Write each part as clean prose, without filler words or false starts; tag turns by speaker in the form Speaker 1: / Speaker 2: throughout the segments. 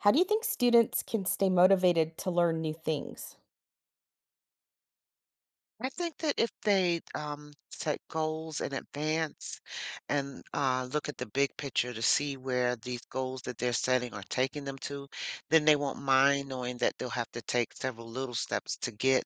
Speaker 1: How do you think students can stay motivated to learn new things?
Speaker 2: I think that if they set goals in advance and look at the big picture to see where these goals that they're setting are taking them to, then they won't mind knowing that they'll have to take several little steps to get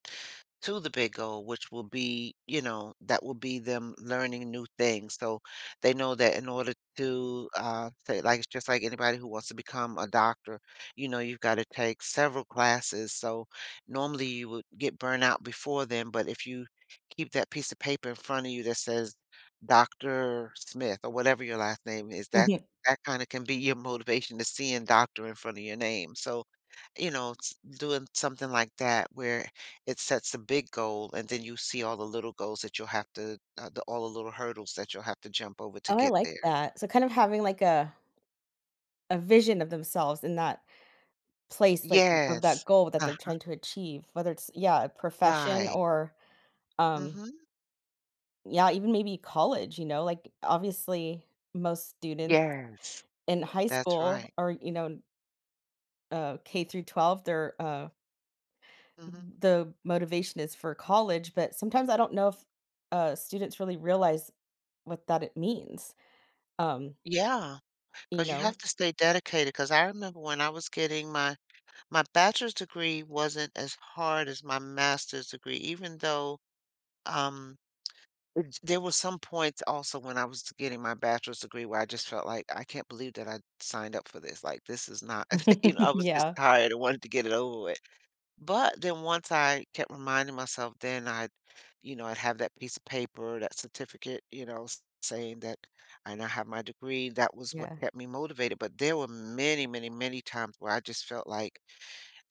Speaker 2: to the big goal, which will be, you know, that will be them learning new things. So they know that in order to say, like, it's just like anybody who wants to become a doctor, you know, you've got to take several classes. So normally, you would get burned out before then, but if you keep that piece of paper in front of you that says Dr. Smith or whatever your last name is, that
Speaker 1: Mhm.
Speaker 2: that kind of can be your motivation to seeing doctor in front of your name. So, you know, doing something like that where it sets a big goal and then you see all the little goals that you'll have to all the little hurdles that you'll have to jump over to
Speaker 1: Oh, I
Speaker 2: get
Speaker 1: like
Speaker 2: there.
Speaker 1: that. So kind of having like a vision of themselves in that place like of that
Speaker 2: Yes.
Speaker 1: goal that
Speaker 2: Uh,
Speaker 1: they're trying to achieve, whether it's yeah, a profession
Speaker 2: right.
Speaker 1: or um
Speaker 2: Mm-hmm.
Speaker 1: yeah, even maybe college, you know, like obviously most students
Speaker 2: Yes.
Speaker 1: in high
Speaker 2: That's
Speaker 1: school
Speaker 2: right.
Speaker 1: or you know, K through 12. They're
Speaker 2: Mm-hmm.
Speaker 1: the motivation is for college, but sometimes I don't know if students really realize what that it means. Um
Speaker 2: Yeah.
Speaker 1: You
Speaker 2: 'Cause you
Speaker 1: know?
Speaker 2: have to stay dedicated. Cause I remember when I was getting my bachelor's degree wasn't as hard as my master's degree, even though, um, it there were some points also when I was getting my bachelor's degree where I just felt like, "I can't believe that I signed up for this, like, this is not," you know, I was just
Speaker 1: Yeah.
Speaker 2: tired and wanted to get it over with. But then once I kept reminding myself, then I'd, you know, I'd have that piece of paper, that certificate, you know, saying that I now have my degree. That was what
Speaker 1: Yeah.
Speaker 2: kept me motivated. But there were many, many, many times where I just felt like,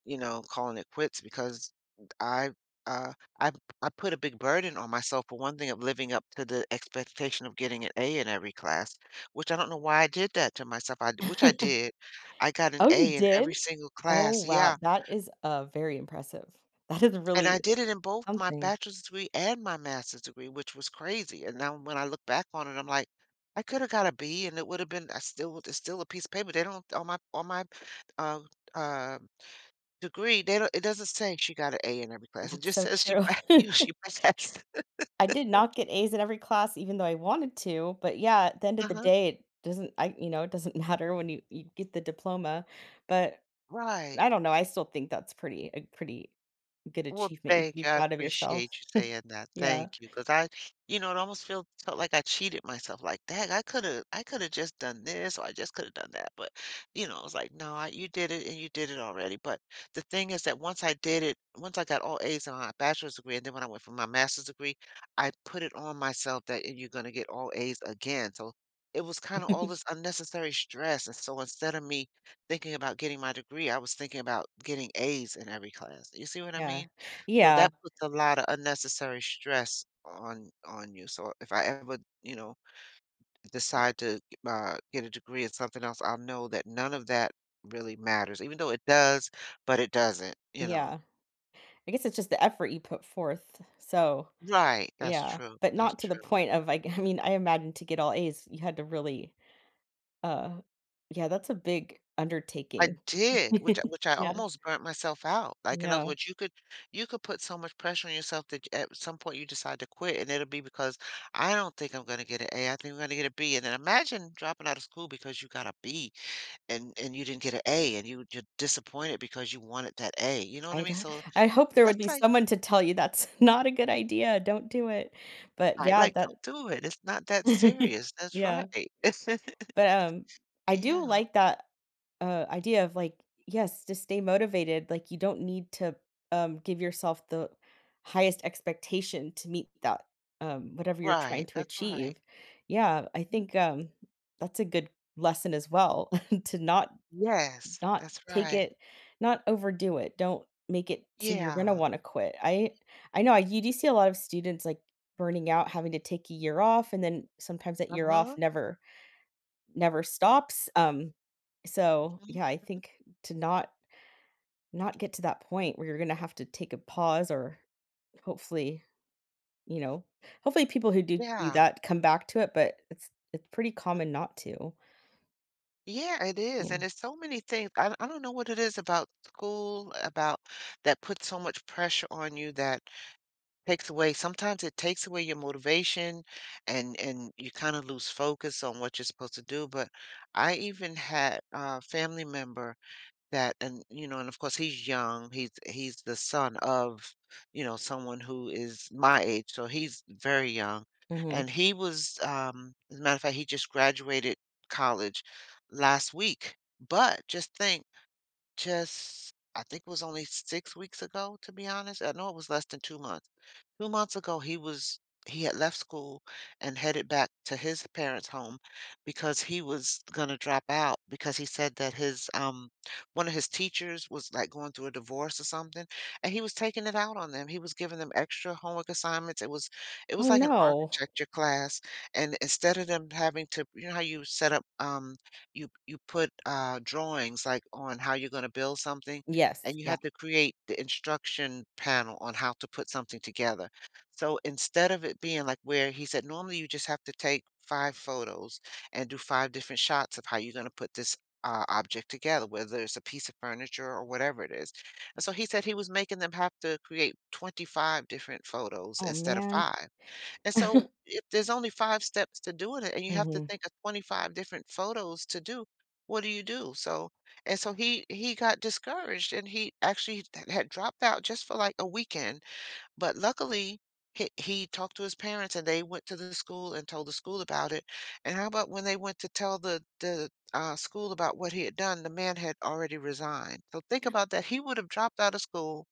Speaker 2: you know, calling it quits because I, uh, I, I put a big burden on myself for one thing of living up to the expectation of getting an A in every class, which I don't know why I did that to myself. Which I did. I got an
Speaker 1: Oh, you
Speaker 2: A in every
Speaker 1: did?
Speaker 2: single
Speaker 1: Oh,
Speaker 2: class.
Speaker 1: wow.
Speaker 2: Yeah,
Speaker 1: That is, very impressive. That is
Speaker 2: and I
Speaker 1: really
Speaker 2: did it in both my
Speaker 1: something.
Speaker 2: bachelor's degree and my master's degree, which was crazy. And now when I look back on it, I'm like, I could have got a B and it would have been I still it's still a piece of paper. They don't on my uh uh degree, they don't it doesn't say she got an A in every class. It
Speaker 1: That's
Speaker 2: just
Speaker 1: so
Speaker 2: says she
Speaker 1: true.
Speaker 2: she passed.
Speaker 1: I did not get A's in every class even though I wanted to, but yeah, at the end of the
Speaker 2: Uh-huh.
Speaker 1: day, it doesn't I you know, it doesn't matter when you get the diploma, but
Speaker 2: Right.
Speaker 1: I don't know, I still think that's pretty a pretty good
Speaker 2: Well,
Speaker 1: achievement. You should
Speaker 2: thank
Speaker 1: be
Speaker 2: you, I
Speaker 1: proud of
Speaker 2: appreciate
Speaker 1: yourself.
Speaker 2: you saying that,
Speaker 1: Yeah.
Speaker 2: thank you, because I you know, it almost feel felt like I cheated myself, like, "Dang, I coulda just done this, or I just coulda done that," but, you know, it was like, "No, I you did it, and you did it already," but the thing is that once I got all A's in my bachelor's degree, and then when I went for my master's degree, I put it on myself that, you're gonna get all A's again," so it was kinda all this unnecessary stress, and so instead of me thinking about getting my degree, I was thinking about getting A's in every class, you see what I
Speaker 1: Yeah.
Speaker 2: mean? So
Speaker 1: Yeah.
Speaker 2: that puts a lot of unnecessary stress on you. So if I ever, you know, decide to get a degree in something else, I'll know that none of that really matters, even though it does, but it doesn't, you know.
Speaker 1: Yeah, I guess it's just the effort you put forth. So
Speaker 2: Right. That's
Speaker 1: yeah,
Speaker 2: true.
Speaker 1: but
Speaker 2: That's
Speaker 1: not to the
Speaker 2: true.
Speaker 1: point of like I mean, I imagine to get all A's, you had to really, uh yeah, that's a big
Speaker 2: I
Speaker 1: undertaking.
Speaker 2: did, which I
Speaker 1: Yeah,
Speaker 2: almost burnt myself out. Like in other
Speaker 1: yeah.
Speaker 2: words, you could put so much pressure on yourself that at some point you decide to quit, and it'll be because I don't think I'm going to get an A. I think I'm going to get a B. And then imagine dropping out of school because you got a B and you didn't get an A, and you're disappointed because you wanted that A, you know what I
Speaker 1: I'd
Speaker 2: mean?
Speaker 1: h
Speaker 2: So
Speaker 1: I hope there would
Speaker 2: that's
Speaker 1: be
Speaker 2: like
Speaker 1: someone to tell you that's not a good idea, don't do it. But
Speaker 2: right,
Speaker 1: yeah,
Speaker 2: like,
Speaker 1: that
Speaker 2: don't do it. It's not that serious. That's
Speaker 1: yeah,
Speaker 2: right.
Speaker 1: but, I do
Speaker 2: Yeah,
Speaker 1: like that idea of like, yes, to stay motivated. Like you don't need to give yourself the highest expectation to meet that whatever you're
Speaker 2: right,
Speaker 1: trying to
Speaker 2: that's right.
Speaker 1: achieve. Yeah, I
Speaker 2: Mhm.
Speaker 1: think that's a good lesson as well to not
Speaker 2: Yes,
Speaker 1: not
Speaker 2: that's
Speaker 1: take
Speaker 2: right.
Speaker 1: it, not overdo it. Don't make it so you're gonna
Speaker 2: Yeah,
Speaker 1: want to quit. I know I you do see a lot of students like burning out, having to take a year off, and then sometimes that year off
Speaker 2: uh-huh,
Speaker 1: never stops. So
Speaker 2: mhm,
Speaker 1: yeah, I think to not get to that point where you're gonna have to take a pause or hopefully, you know, hopefully people who do do
Speaker 2: yeah,
Speaker 1: that come back to it, but it's pretty
Speaker 2: mm
Speaker 1: common not to.
Speaker 2: yeah, it is,
Speaker 1: Yeah.
Speaker 2: and there's so many things. I don't know what it is about school, about that puts so much pressure on you that takes away sometimes it takes away your motivation and you kinda lose focus on what you're supposed to do, but I even had a family member that and, you know, and of course, he's young, he's the son of, you know, someone who is my age, so he's very young,
Speaker 1: Mhm.
Speaker 2: and he was, as a matter of fact, he just graduated college last week, but just think, just I think it was only 6 weeks ago, to be honest, I know it was less than 2 months. 2 months ago, he was he had left school and headed back to his parents' home because he was gonna drop out because he said that his, one of his teachers was, like, going through a divorce or something, and he was taking it out on them. He was giving them extra homework assignments. It was
Speaker 1: Oh,
Speaker 2: like an
Speaker 1: no.
Speaker 2: architecture class, and instead of them having to you know how you set up, you put, drawings, like, on how you're gonna build something,
Speaker 1: Yes.
Speaker 2: and you
Speaker 1: Yeah.
Speaker 2: had to create the instruction panel on how to put something together. So instead of it being like where he said, normally you just have to take five photos and do five different shots of how you're going to put this object together, whether it's a piece of furniture or whatever it is. And so he said he was making them have to create 25 different photos
Speaker 1: Oh,
Speaker 2: instead of
Speaker 1: man.
Speaker 2: five. And so if there's only five steps to doing it and you have to
Speaker 1: Mhm.
Speaker 2: think of 25 different photos to do, what do you do? So, and so he got discouraged and he actually had dropped out just for like a weekend, but luckily, he talked to his parents, and they went to the school and told the school about it. And how about when they went to tell the school about what he had done, the man had already resigned. So think about that. He would have dropped out of school.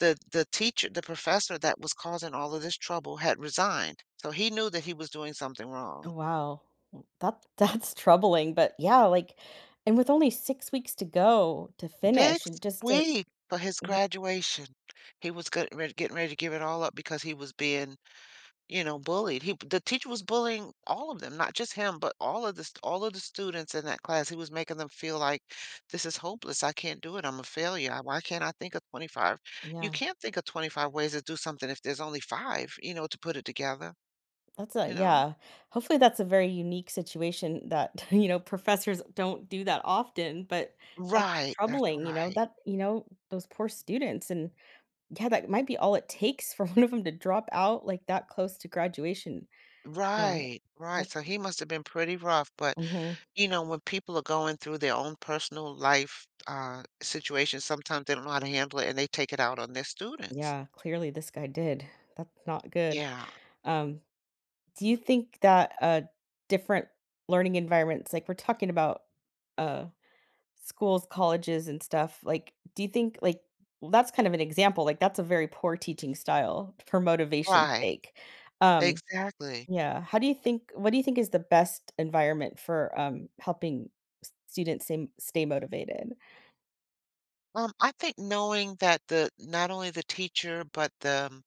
Speaker 2: The teacher, the professor that was causing all of this trouble had resigned. So he knew that he was doing something
Speaker 1: Oh,
Speaker 2: wrong.
Speaker 1: wow. Well, that that's troubling, but yeah, like and with only 6 weeks to go to finish
Speaker 2: Six
Speaker 1: and just to
Speaker 2: weeks for his
Speaker 1: yeah.
Speaker 2: graduation. He was getting ready to give it all up because he was being, you know, bullied. He The teacher was bullying all of them, not just him, but all of the students in that class. He was making them feel like this is hopeless. I can't do it. I'm a failure. I- Why can't I think of 25? You
Speaker 1: Yeah.
Speaker 2: can't think of 25 ways to do something if there's only five, you know, to put it together,
Speaker 1: That's a
Speaker 2: you know?
Speaker 1: yeah. Hopefully that's a very unique situation that, you know, professors don't do that often, but that's
Speaker 2: Right, that's
Speaker 1: troubling, you know,
Speaker 2: right.
Speaker 1: that, you know, those poor students, and yeah, that might be all it takes for one of them to drop out like that close to graduation. Uh,
Speaker 2: Right, right.
Speaker 1: that's
Speaker 2: So he must have been pretty rough, but
Speaker 1: mhm.
Speaker 2: you know, when people are going through their own personal life situations, sometimes they don't know how to handle it and they take it out on their students.
Speaker 1: Yeah, clearly this guy did. That's not good.
Speaker 2: Yeah.
Speaker 1: Um, do you think that different learning environments like we're talking about uh schools, colleges and stuff, like, do you think, like well, that's kind of an example, like, that's a very poor teaching style for motivation's
Speaker 2: Right,
Speaker 1: sake. Um,
Speaker 2: exactly.
Speaker 1: yeah, how do you think what do you think is the best environment for, helping s students stay motivated?
Speaker 2: I think knowing that the not only the teacher, but um,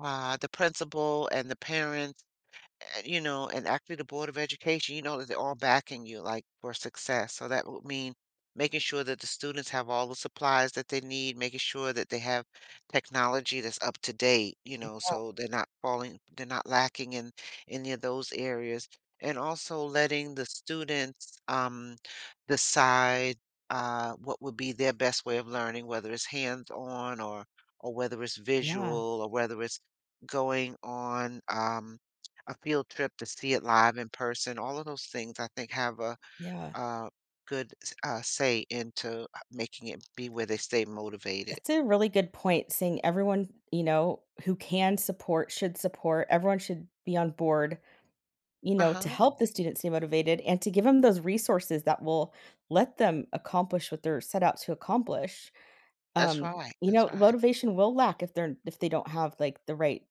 Speaker 2: uh, the principal and the parents and, you know, and actually the Board of Education, you know, that they're all backing you like for success. So that would mean making sure that the students have all the supplies that they need, making sure that they have technology that's up to date, you know, so they're not lacking in any of those areas. And also letting the students decide what would be their best way of learning, whether it's hands-on or whether it's
Speaker 1: Yeah,
Speaker 2: visual or whether it's going on a field trip to see it live in person. All of those things I think have
Speaker 1: yeah.
Speaker 2: a good say into making it be where they stay motivated.
Speaker 1: That's a really good point saying everyone, you know, who can support should support. Everyone should be on board, you
Speaker 2: Uh
Speaker 1: know, to
Speaker 2: huh.
Speaker 1: help the students stay motivated and to give them those resources that will let them accomplish what they're set out to accomplish.
Speaker 2: That's right.
Speaker 1: You
Speaker 2: That's
Speaker 1: know,
Speaker 2: right.
Speaker 1: motivation will lack if they don't have like the right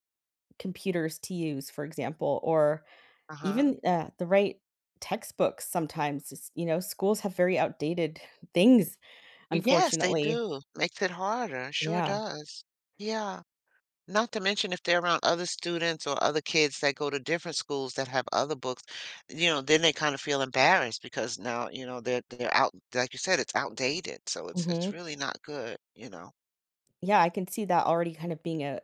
Speaker 1: computers to use, for example, or
Speaker 2: Uh huh.
Speaker 1: even the right textbooks sometimes. It's- You know, schools have very outdated things,
Speaker 2: Yes, they
Speaker 1: unfortunately.
Speaker 2: do. Makes it harder. Sure
Speaker 1: Yeah.
Speaker 2: does. Yeah. Not to mention if they're around other students or other kids that go to different schools that have other books, you know, then they kind of feel embarrassed because now, you know, they're out, like you said, it's outdated. So it's
Speaker 1: Mhm.
Speaker 2: really not good, you know.
Speaker 1: Yeah, I can see that already kind of being a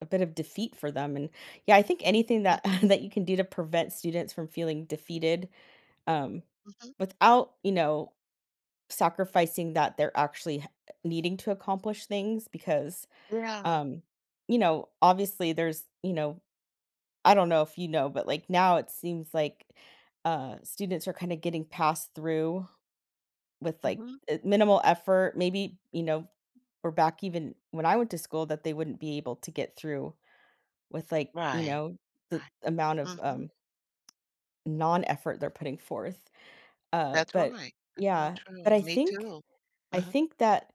Speaker 1: a bit of defeat for them, and yeah, I think anything that that you can do to prevent students from feeling defeated, um,
Speaker 2: Mhm.
Speaker 1: without, you know, sacrificing that they're actually h needing to accomplish things because,
Speaker 2: Yeah.
Speaker 1: um, you know, obviously, there's, you know, I don't know if you know, but like now it seems like students are kind of getting passed through with like
Speaker 2: Mhm.
Speaker 1: minimal effort. Maybe, you know, or back even when I went to school that they wouldn't be able to get through with like, you
Speaker 2: Right,
Speaker 1: know, the
Speaker 2: right.
Speaker 1: amount of
Speaker 2: Mhm.
Speaker 1: non effort they're putting forth.
Speaker 2: That's
Speaker 1: But
Speaker 2: right. That's so
Speaker 1: yeah, but
Speaker 2: true. Me too.
Speaker 1: I
Speaker 2: Mhm.
Speaker 1: think that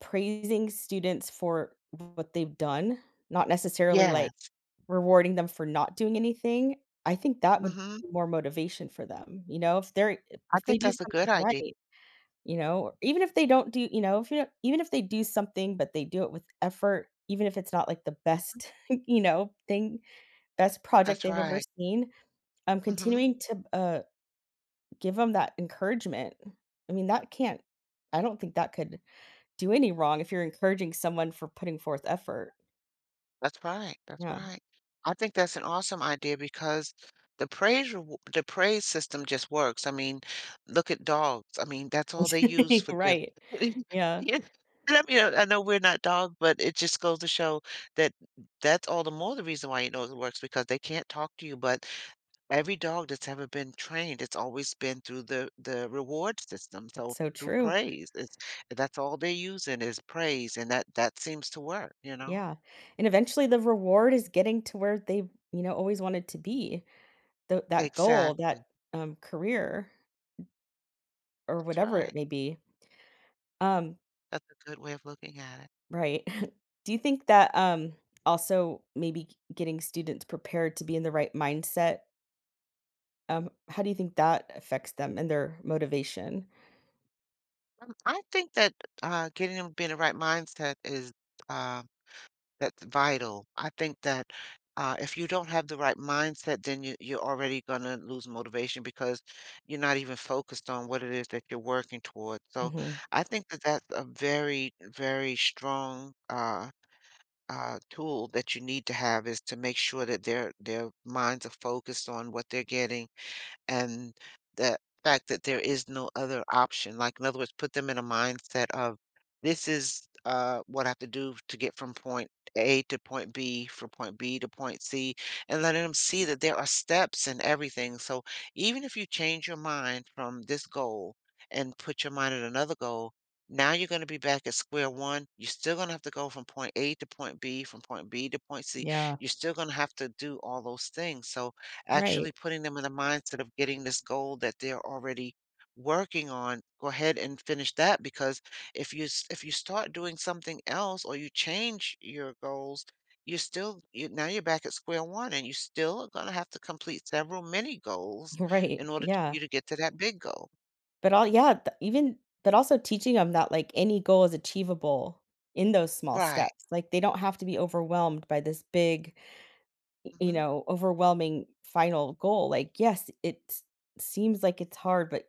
Speaker 1: praising students for what they've done, not necessarily like,
Speaker 2: Yes.
Speaker 1: rewarding them for not doing anything, I think that would
Speaker 2: Mhm.
Speaker 1: be more motivation for them, you know,
Speaker 2: I
Speaker 1: if they
Speaker 2: think
Speaker 1: do
Speaker 2: that's a good
Speaker 1: something
Speaker 2: idea.
Speaker 1: right, you know, or even if they don't do you know, if you don't even if they do something, but they do it with effort, even if it's not like the best, you know, thing, best project
Speaker 2: That's
Speaker 1: they've ever
Speaker 2: right.
Speaker 1: seen,
Speaker 2: Mhm.
Speaker 1: continuing to, give them that encouragement. I mean, that can't I don't think that could do any wrong if you're encouraging someone for putting forth effort.
Speaker 2: That's right, that's
Speaker 1: Yeah.
Speaker 2: right. I think that's an awesome idea because the praise system just works. I mean, look at dogs. I mean, that's all they use for the
Speaker 1: Right. Yeah.
Speaker 2: Yeah, and I mean, I know we're not dogs, but it just goes to show that that's all the more the reason why you know it works because they can't talk to you, but every dog that's ever been trained, it's always been through the reward system,
Speaker 1: That's
Speaker 2: so
Speaker 1: so
Speaker 2: through
Speaker 1: true.
Speaker 2: praise. It's That's all they're using is praise, and that seems to work, you know?
Speaker 1: Yeah. And eventually the reward is getting to where they, you know, always wanted to be. Tho that goal,
Speaker 2: Exactly.
Speaker 1: that, career or
Speaker 2: That's
Speaker 1: whatever it
Speaker 2: right.
Speaker 1: may be. Um,
Speaker 2: That's a good way of looking at it.
Speaker 1: right. Do you think that, also maybe getting students prepared to be in the right mindset? How do you think that affects them and their motivation?
Speaker 2: I think that getting them to be in the right mindset is uh, that's vital. I think that if you don't have the right mindset, then you're already going to lose motivation because you're not even focused on what it is that you're working towards. So
Speaker 1: Mhm.
Speaker 2: I think that that's a very, very strong tool that you need to have is to make sure that their minds are focused on what they're getting and the fact that there is no other option. Like, in other words, put them in a mindset of this is what I have to do to get from point A to point B, from point B to point C, and letting them see that there are steps and everything. So, even if you change your mind from this goal and put your mind at another goal, now you're going to be back at square one. You're still going to have to go from point A to point B, from point B to point C.
Speaker 1: Yeah.
Speaker 2: You're still going to have to do all those things. So,
Speaker 1: Right.
Speaker 2: actually putting them in the mindset of getting this goal that they're already working on go ahead and finish that because if you start doing something else or you change your goals you're now you're back at square one and you still are going to have to complete several mini goals
Speaker 1: Right.
Speaker 2: in order for
Speaker 1: Yeah.
Speaker 2: you to get to that big goal.
Speaker 1: But all yeah, even but also teaching them that like any goal is achievable in those small
Speaker 2: Right.
Speaker 1: steps. Like they don't have to be overwhelmed by this big you
Speaker 2: Hmm.
Speaker 1: know, overwhelming final goal. Like, yes, it seems like it's hard, but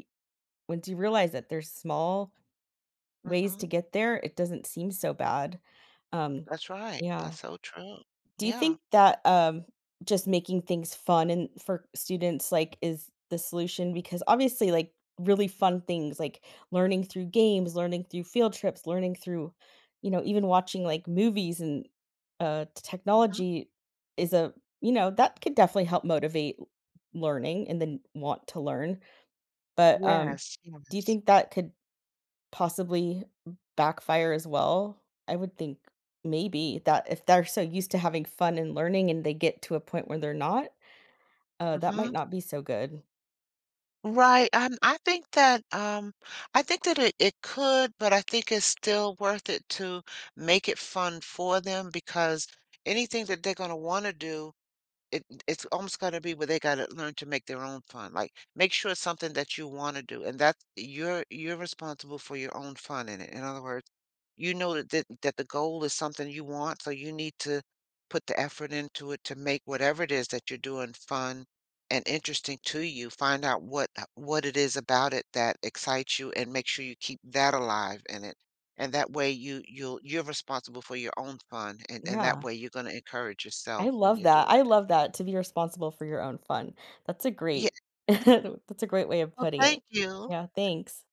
Speaker 1: once you realize that there's small ways
Speaker 2: Hmm.
Speaker 1: to get there, it doesn't seem so bad. Um,
Speaker 2: That's right,
Speaker 1: yeah.
Speaker 2: that's so true.
Speaker 1: Do you
Speaker 2: Yeah.
Speaker 1: think that, just making things fun and for students, like, is the solution? Because obviously, like, really fun things, like learning through games, learning through field trips, learning through, you know, even watching, like, movies and, t
Speaker 2: Hmm.
Speaker 1: technology is a you know, that could definitely help motivate learning and then want to learn. But,
Speaker 2: Yes,
Speaker 1: do you
Speaker 2: yes.
Speaker 1: think that could possibly backfire as well? I would think maybe that if they're so used to having fun and learning and they get to a point where they're not, that might
Speaker 2: Hmm.
Speaker 1: not be so good.
Speaker 2: Right, I think that it could, but I think it's still worth it to make it fun for them because anything that they're gonna wanna do it's almost gotta be where they gotta learn to make their own fun, like, make sure it's something that you wanna do, and that you're responsible for your own fun in it. In other words, you know that that the goal is something you want, so you need to put the effort into it to make whatever it is that you're doing fun and interesting to you. Find out what it is about it that excites you and make sure you keep that alive in it, and that way you'll you're responsible for your own fun, and that
Speaker 1: Yeah,
Speaker 2: way you're gonna encourage
Speaker 1: I
Speaker 2: yourself when
Speaker 1: love
Speaker 2: you're
Speaker 1: that.
Speaker 2: doing.
Speaker 1: I love that, to be responsible for your own fun. That's a
Speaker 2: Yeah,
Speaker 1: great that's a great way of putting it.
Speaker 2: thank you.
Speaker 1: Yeah, thanks.